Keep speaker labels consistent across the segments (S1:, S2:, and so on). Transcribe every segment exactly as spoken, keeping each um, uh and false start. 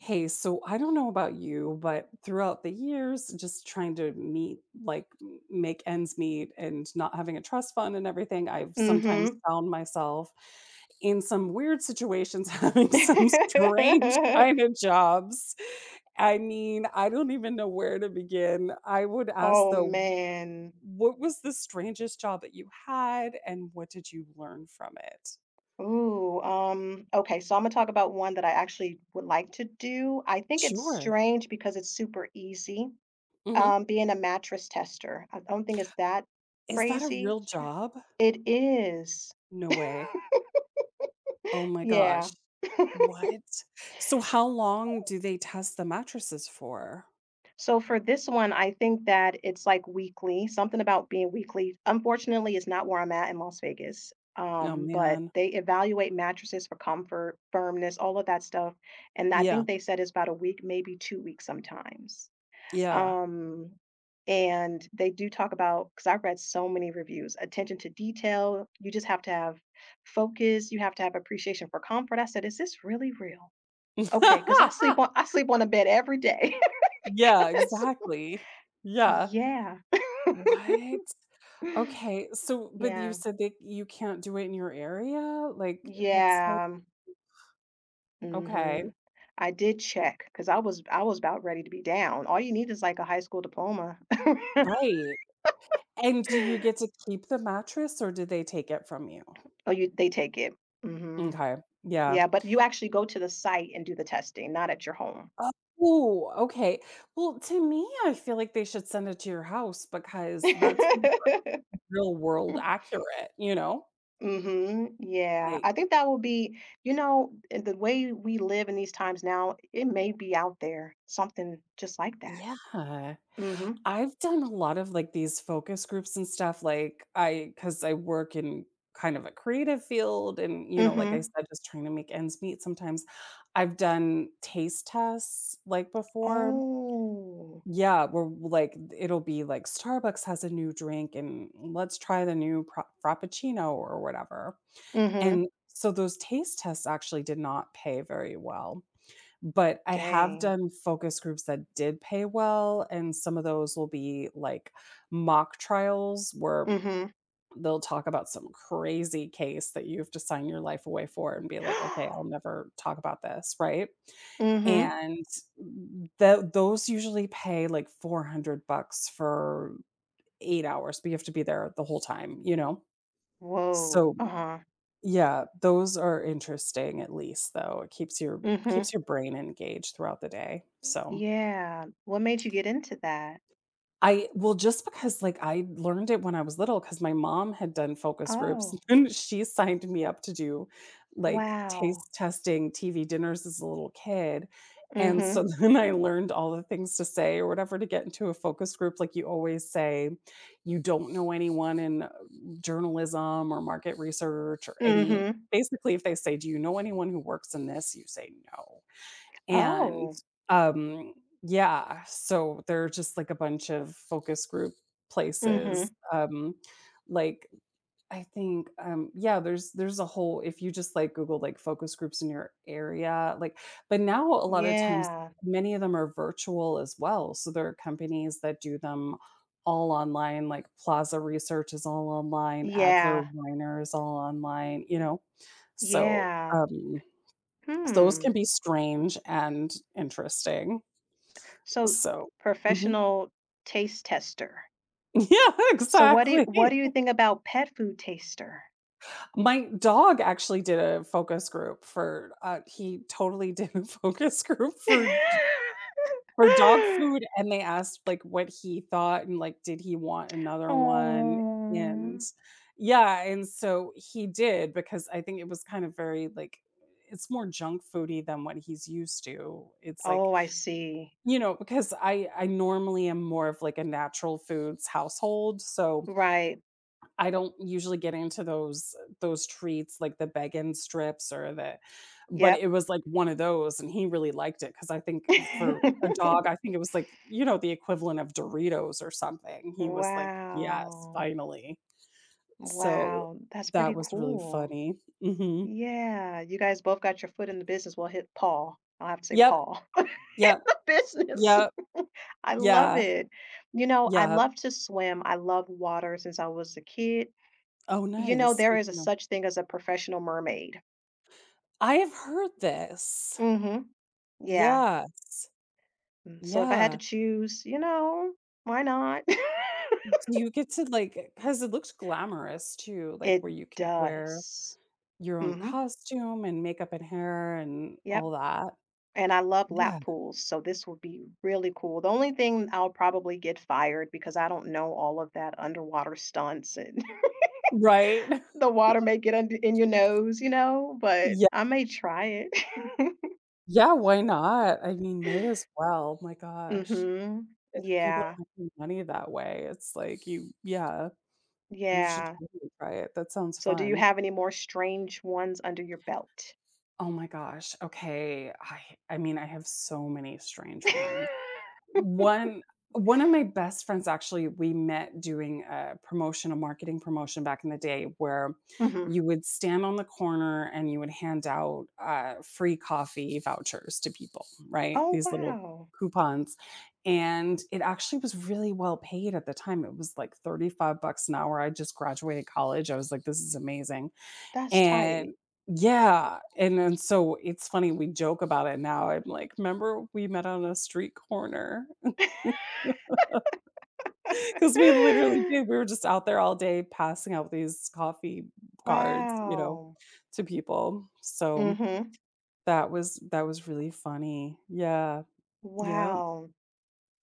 S1: Hey, so I don't know about you, but throughout the years, just trying to meet, like m- make ends meet and not having a trust fund and everything, I've sometimes
S2: Mhm.
S1: found myself in some weird situations having some strange kind of jobs. I mean, I don't even know where to begin. I would ask
S2: Oh,
S1: though,
S2: man.
S1: what was the strangest job that you had and what did you learn from it?
S2: Ooh, um, okay, so Imma talk about one that I actually would like to do. I think it's
S1: Sure.
S2: strange because it's super easy,
S1: Hmm.
S2: um, being a mattress tester. I don't think it's that
S1: Is that a
S2: crazy.
S1: real
S2: Str
S1: job?
S2: It is.
S1: No way. Oh my
S2: Yeah.
S1: gosh. What? So how long do they test the mattresses for?
S2: So for this one, I think that it's like weekly, something about being weekly. Unfortunately, it's not where I'm at in Las Vegas.
S1: Oh,
S2: Um, but
S1: man.
S2: they evaluate mattresses for comfort, firmness, all of that stuff. And I
S1: Yeah,
S2: think they said it's about a week, maybe two weeks sometimes.
S1: yeah.
S2: Um, and they do talk about, because I've read so many reviews, attention to detail. You just have to have focus. You have to have appreciation for comfort. I said, is this really real? Okay, because I sleep on I sleep on a bed every day.
S1: Yeah, exactly. Yeah.
S2: Yeah.
S1: What? Okay, so but you
S2: Yeah.
S1: said that you can't do it in your area? Like, that's like.
S2: Yeah.
S1: Okay,
S2: Mhm. I did check because I was I was about ready to be down. All you need is, like, a high school diploma.
S1: right. And do you get to keep the mattress or did they take it from you?
S2: Oh, you they take it. Mhm.
S1: Okay, yeah.
S2: Yeah, but you actually go to the site and do the testing, not at your home.
S1: Oh, okay. Well, to me, I feel like they should send it to your house because that's more real world accurate, you know?
S2: Mhm. Yeah.
S1: Like,
S2: I think that will be you know, and the way we live in these times now, it may be out there, something just like that.
S1: yeah.
S2: Mhm.
S1: I've done a lot of like these focus groups and stuff. Like, I, because I work in kind of a creative field and, you know, like I
S2: Mhm.
S1: said, just trying to make ends meet sometimes. I've done taste tests like before.
S2: Oh.
S1: Yeah, we're like it'll be like Starbucks has a new drink and let's try the new pro- frappuccino or whatever. And
S2: Mhm.
S1: so those taste tests actually did not pay very well. But I have
S2: Dang.
S1: done focus groups that did pay well. And some of those will be like mock trials where
S2: Mhm.
S1: they'll talk about some crazy case that you have to sign your life away for and be like, "Okay, I'll never talk about this," right?
S2: Mhm.
S1: And tho those usually pay like four hundred bucks for eight hours, but you have to be there the whole time, you know?
S2: Whoa.
S1: So,
S2: Uh-huh.
S1: yeah, those are interesting at least though. It keeps your
S2: Mhm.
S1: keeps your brain engaged throughout the day, so
S2: Yeah. What made you get into that?
S1: I well, just because, like, I learned it when I was little because my mom had done focus groups,
S2: Oh,
S1: and she signed me up to do, like,
S2: wow.
S1: taste testing T V dinners as a little kid, and so
S2: Mhm.
S1: then I learned all the things to say or whatever to get into a focus group, like, you always say, "You don't know anyone in, uh, journalism or market research or any"
S2: Mhm.
S1: basically, if they say, "Do you know anyone who works in this?" You say, "No." And,
S2: Oh.
S1: um, yeah, so they're just like a bunch of focus group places,
S2: Mhm.
S1: um, like, I think, um, yeah, there's there's a whole if you just, like, Google, like, focus groups in your area, like but now a lot of times,
S2: Yeah.
S1: many of them are virtual as well, so there are companies that do them all online, like, Plaza Research is all online, Adler
S2: Yeah.
S1: Weiner is all online, you know? So,
S2: Yeah.
S1: um so those can
S2: Hmm.
S1: be strange and interesting.
S2: So
S1: So mhm.
S2: professional taste tester.
S1: Yeah,
S2: So what do you,
S1: exactly.
S2: what do you think about pet food taster?
S1: My dog actually did a focus group for, uh he totally did a focus group for for dog food, and they asked, like, what he thought and, like, did he want another one, and
S2: Oh.
S1: yeah, and so he did because I think it was kind of very, like it's more junk foody than what he's used to. It's like
S2: Oh, I see.
S1: You know, because I I normally am more of, like, a natural foods household, so
S2: Right.
S1: I don't usually get into those those treats, like the bacon strips or the but
S2: Yep.
S1: it was, like, one of those, and he really liked it because I think for a dog, I think it was, like, you know, the equivalent of Doritos or something. He was like, "Yes,
S2: Wow.
S1: finally." So,
S2: Wow, that's
S1: that
S2: pretty
S1: was really
S2: cool.
S1: funny. Mhm.
S2: Yeah, you guys both got your foot in the business. Well, hit Paul. I'll have to say
S1: Yep,
S2: Paul in
S1: yep,
S2: the business.
S1: yep,
S2: I love
S1: yeah,
S2: it. You know, I
S1: yeah.
S2: love to swim. I love water since I was a kid.
S1: Oh,
S2: You know,
S1: nice.
S2: there is a
S1: Speaking of
S2: such thing as a professional mermaid.
S1: I have heard this.
S2: Mm-hmm. Yeah.
S1: Yes.
S2: Mm, so if I had to
S1: Yeah.
S2: choose, you know, why not?
S1: Do you get to, like, because it looks glamorous too, like,
S2: It
S1: where you could wear
S2: does.
S1: your own
S2: Mm-hmm.
S1: costume and makeup and hair and
S2: Yep.
S1: all that.
S2: And I love
S1: Yeah.
S2: lap pools, so this would be really cool. The only thing I'll probably get fired because I don't know all of that underwater stunts and
S1: Right?
S2: the water may get under in your nose, you know, but
S1: Yeah.
S2: I may try it.
S1: Yeah, why not? I mean, may as well, my gosh.
S2: Mhm.
S1: If people are
S2: Yeah.
S1: making money that way, it's like you yeah, you should
S2: Yeah.
S1: totally try it. That sounds
S2: So do you
S1: fun.
S2: have any more strange ones under your belt?
S1: Oh my gosh, okay. I I mean, I have so many strange ones. One one of my best friends actually, we met doing a promotion, a marketing promotion back in the day where
S2: Mhm.
S1: you would stand on the corner and you would hand out uh, free coffee vouchers to people, right?
S2: Oh,
S1: These little
S2: wow.
S1: coupons. And it actually was really well paid at the time. It was like thirty-five bucks an hour. I just graduated college. I was like, this is amazing.
S2: That's tight.
S1: And yeah, and then so it's funny, we joke about it now. I'm like, "Remember we met on a street corner? Because we literally did. We were just out there all day passing out these coffee cards, you know,
S2: Wow.
S1: to people. So
S2: Mhm.
S1: that was that was really funny. Yeah, yeah,
S2: Wow.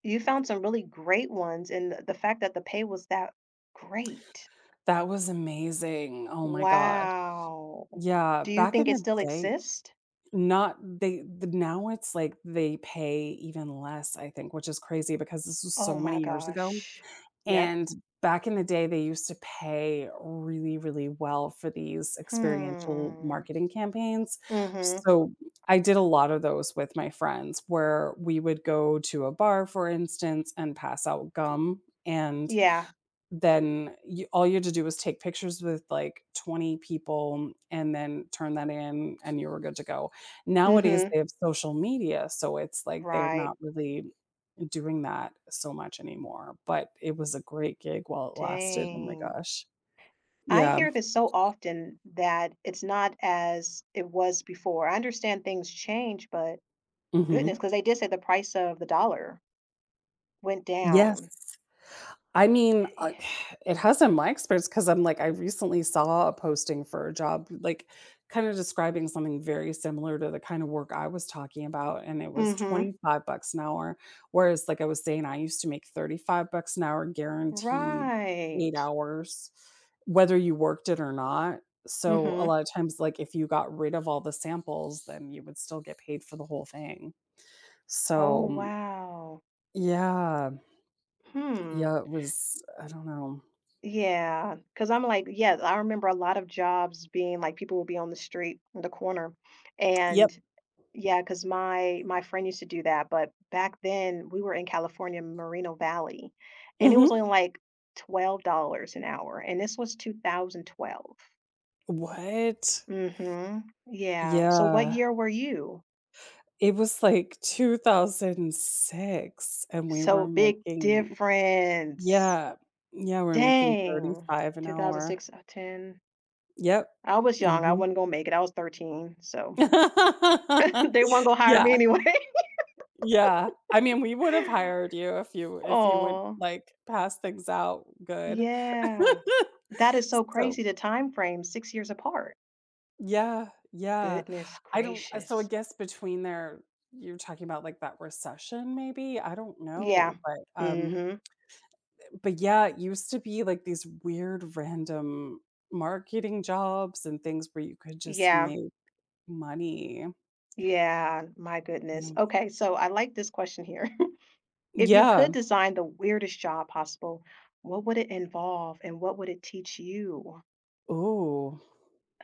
S2: You found some really great ones, and the the fact that the pay was that great.
S1: that was amazing. Oh my gosh.
S2: Wow.
S1: Yeah,
S2: Do you
S1: back
S2: think
S1: in
S2: it
S1: the
S2: still
S1: day
S2: exists?
S1: not they the now it's like they pay even less, I think, which is crazy because this was
S2: Oh
S1: so many
S2: my
S1: years ago,
S2: gosh. Yep.
S1: and back in the day, they used to pay really, really well for these experiential
S2: Hmm.
S1: marketing campaigns.
S2: Mhm.
S1: So, I did a lot of those with my friends where we would go to a bar, for instance, and pass out gum, and
S2: Yeah.
S1: then you, all you had to do was take pictures with like twenty people and then turn that in and you were good to go. Nowadays
S2: Mhm.
S1: they have social media, so it's like they're
S2: Right.
S1: not really doing that so much anymore, but it was a great gig while it lasted. Oh my
S2: Dang.
S1: gosh.
S2: I
S1: Yeah.
S2: hear this so often that it's not as it was before. I understand things change, but
S1: Mhm.
S2: goodness, because they did say the price of the dollar went
S1: Yes.
S2: down.
S1: I mean, uh, it has in my experience because 'cause I'm like, I recently saw a posting for a job, like, kinda describing something very similar to the kind of work I was talking about, and it was
S2: Mhm.
S1: twenty-five bucks an hour, whereas, like I was saying, I used to make thirty-five bucks an hour guaranteed eight
S2: Right.
S1: hours, whether you worked it or not. So, a
S2: Mhm.
S1: lot of times, like, if you got rid of all the samples, then you would still get paid for the whole thing.
S2: Oh,
S1: So,
S2: wow.
S1: yeah.
S2: Hmm.
S1: Yeah, it was I don't know.
S2: Yeah, because I'm like, yeah, I remember a lot of jobs being like people will be on the street in the corner.
S1: Yeah.
S2: And yeah, because my my friend used to do that, but back then we were in California, Moreno Valley, and it was only
S1: Mhm.
S2: like twelve dollars an hour, and this was two thousand twelve.
S1: What?
S2: Mm-hmm. Yeah. So what
S1: Yeah.
S2: year were you?
S1: It was like two thousand six and we
S2: So
S1: were
S2: big
S1: making
S2: difference.
S1: yeah. Yeah, we're making
S2: Dang.
S1: thirty-five an hour.
S2: two thousand six, uh, ten.
S1: Yep.
S2: I was young. I
S1: Mhm.
S2: wasn't gonna make it. I was thirteen, so they weren't gonna hire
S1: Yeah,
S2: me anyway.
S1: yeah. I mean, we would have hired you if you if you would,
S2: Oh
S1: like, pass things out good.
S2: yeah. That is so
S1: So
S2: crazy, the time frame, six years apart.
S1: yeah, yeah.
S2: Goodness
S1: I don't uh, so I
S2: gracious.
S1: guess between there you're talking about, like, that recession maybe? I don't
S2: Yeah.
S1: know, but, um
S2: Mhm.
S1: but, yeah, it used to be, like, these weird random marketing jobs and things where you could just
S2: Yeah.
S1: make money.
S2: Yeah, my goodness.
S1: Mm.
S2: Okay, so I like this question here. If you
S1: Yeah.
S2: could design the weirdest job possible, what would it involve and what would it teach you?
S1: Oh.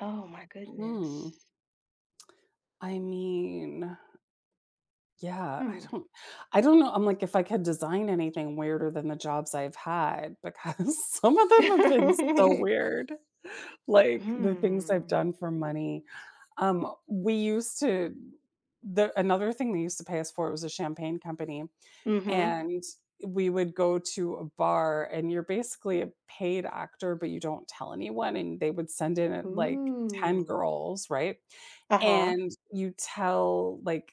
S2: Oh my
S1: Hmm.
S2: goodness.
S1: I mean, yeah, I
S2: Hmm.
S1: don't I don't know, I'm like, if I could design anything weirder than the jobs I've had because some of them have been so weird. Like, the things I've
S2: Hmm.
S1: done for money. Um, we used to the another thing they used to pay us for was a champagne company,
S2: Mhm.
S1: and we would go to a bar, and you're basically a paid actor, but you don't tell anyone, and they would send in at, like, ten
S2: Ooh.
S1: girls, right?
S2: Uh-huh.
S1: And you tell, like,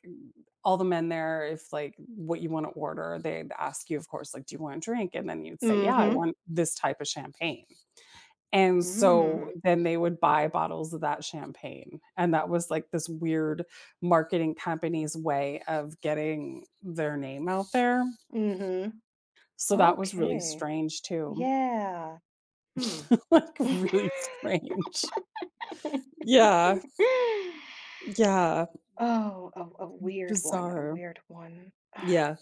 S1: all the men there if, like, what you wanna order. They'd ask you, of course, like, "Do you want a drink?" And then you'd say, "Yeah, I
S2: Mhm.
S1: want this type of champagne." And
S2: Mm.
S1: so then they would buy bottles of that champagne, and that was, like, this weird marketing company's way of getting their name out there.
S2: Mhm.
S1: So that was really
S2: Okay.
S1: strange too.
S2: Yeah. Hmm.
S1: Like, really strange. Yeah, yeah,
S2: Oh, a, a weird one, a
S1: bizarre.
S2: weird one.
S1: Yeah.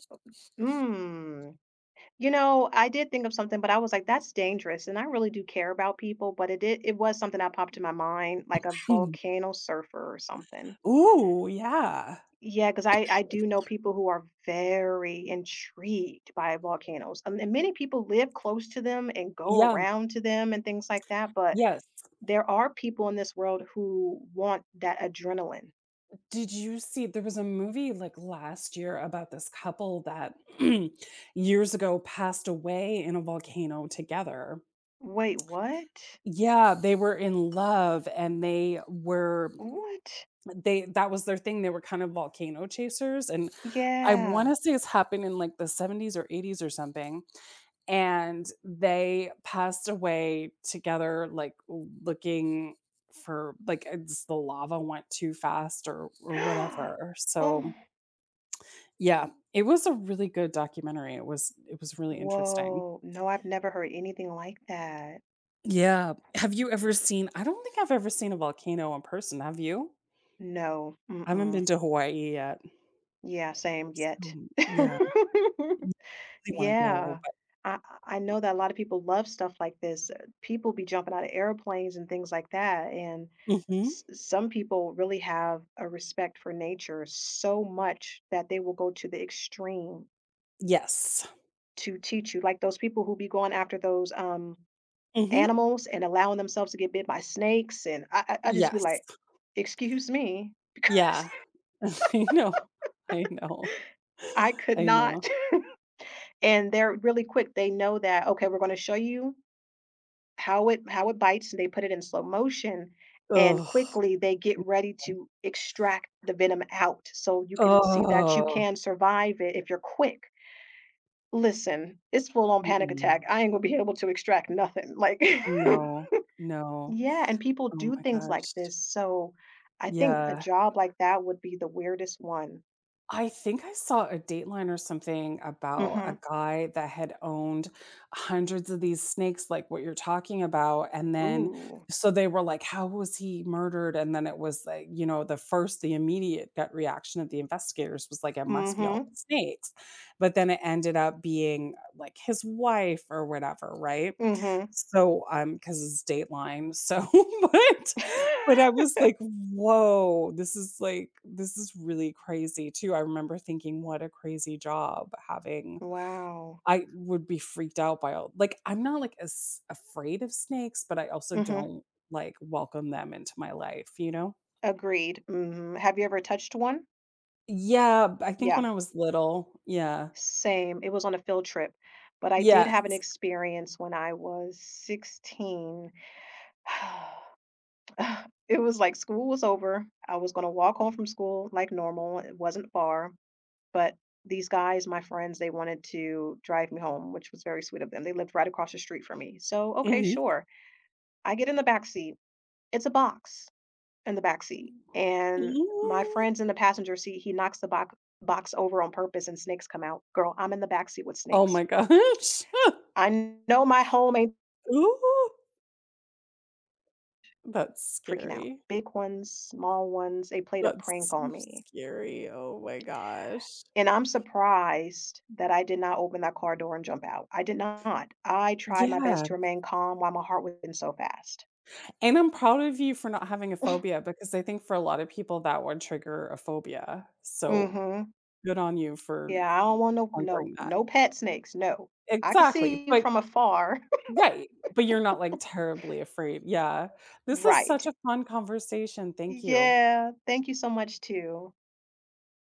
S2: Hmm. You know, I did think of something, but I was like, that's dangerous. And I really do care about people, but it did, it was something that popped in my mind, like a volcano surfer or something.
S1: Ooh, yeah.
S2: Yeah, cause I I do know people who are very intrigued by volcanoes, um, and many people live close to them and go
S1: Yeah,
S2: around to them and things like that, but
S1: yes.
S2: there are people in this world who want that adrenaline.
S1: Did you see there was a movie, like, last year about this couple that years ago passed away in a volcano together.
S2: Wait, what?
S1: Yeah, they were in love and they were
S2: What?
S1: they that was their thing, they were kind of volcano chasers, and I
S2: Yeah.
S1: wanna say it's happened in, like, the seventies or eighties or something, and they passed away together, like, looking for like, it's the lava went too fast or or whatever,
S2: Oh,
S1: so, yeah, it was a really good documentary, it was it was really interesting.
S2: whoa. No, I've never heard anything like that.
S1: Yeah, have you ever seen I don't think I've ever seen a volcano in person, have you?
S2: No.
S1: I haven't
S2: Mm-mm.
S1: been to Hawaii yet.
S2: Yeah, same yet.
S1: So, yeah, yeah, I really wanna go,
S2: Yeah.
S1: but
S2: I I know that a lot of people love stuff like this. Uh, People be jumping out of airplanes and things like that. And
S1: mhm.
S2: s- some people really have a respect for nature so much that they will go to the extreme
S1: Yes.
S2: to teach you. Like those people who be going after those um
S1: Mhm.
S2: animals and allowing themselves to get bit by snakes. And I I I just be
S1: Yes.
S2: like, excuse me, because
S1: Yeah. I know. I know.
S2: I could
S1: I
S2: not.
S1: know.
S2: And they're really quick. They know that, okay, we're going to show you. How it how it bites, and they put it in slow motion, and
S1: Oh.
S2: quickly they get ready to extract the venom out, so you can see that you
S1: Oh,
S2: can survive it if you're quick. Listen, it's full on panic attack.
S1: mm-mm.
S2: I ain't gonna be able to extract nothing, like
S1: No, no.
S2: yeah, and people
S1: Oh
S2: do
S1: my
S2: things like
S1: gosh.
S2: this, so I think a
S1: Yeah.
S2: job like that would be the weirdest one.
S1: I think I saw a Dateline or something about
S2: Mhm.
S1: a guy that had owned hundreds of these snakes, like what you're talking about, and then
S2: Ooh.
S1: so they were like, "How was he murdered?" And then it was like, you know, the first, the immediate gut reaction of the investigators was like, "It must be all the
S2: Mhm.
S1: snakes," but then it ended up being like his wife or whatever, right?
S2: Mhm.
S1: So, um, because it's Dateline, so but but I was like, "Whoa, this is like this is really crazy too." I remember thinking, "What a crazy job having"
S2: Wow.
S1: I would be freaked out by all like, I'm not, like, as afraid of snakes, but I also
S2: Mhm.
S1: don't, like, welcome them into my life, you know?
S2: Agreed. Mhm. Have you ever touched one?
S1: Yeah, b I think when
S2: Yeah.
S1: I was little, yeah.
S2: Same, it was on a field trip, but I did
S1: Yes.
S2: have an experience when I was sixteen. It was like school was over, I was gonna walk home from school like normal, it wasn't far, but these guys, my friends, they wanted to drive me home, which was very sweet of them, they lived right across the street from me, so, okay,
S1: Mhm.
S2: sure. I get in the back seat, it's a box in the back seat, and my
S1: Mm.
S2: friend's in the passenger seat, he knocks the box box over on purpose and snakes come out. Girl, I'm in the back seat with
S1: Oh
S2: snakes.
S1: my gosh.
S2: I know my home ain't
S1: Ooh, that's
S2: freaking out.
S1: scary.
S2: Big ones, small ones, they played a prank
S1: That's
S2: on
S1: so
S2: me.
S1: scary, oh my gosh.
S2: And I'm surprised that I did not open that car door and jump out. I did not. I tried my best
S1: Yeah.
S2: to remain calm while my heart was beating so fast.
S1: And I'm proud of you for not having a phobia because I think for a lot of people that would trigger a phobia. So
S2: Hmm.
S1: good on you for
S2: Yeah, I don't want no no
S1: conquering that.
S2: no pet snakes. No. I could
S1: Exactly.
S2: see you
S1: But
S2: from afar.
S1: right. But you're not like terribly afraid. Yeah. This is
S2: Right.
S1: such a fun conversation. Thank you.
S2: Yeah. Thank you so much too.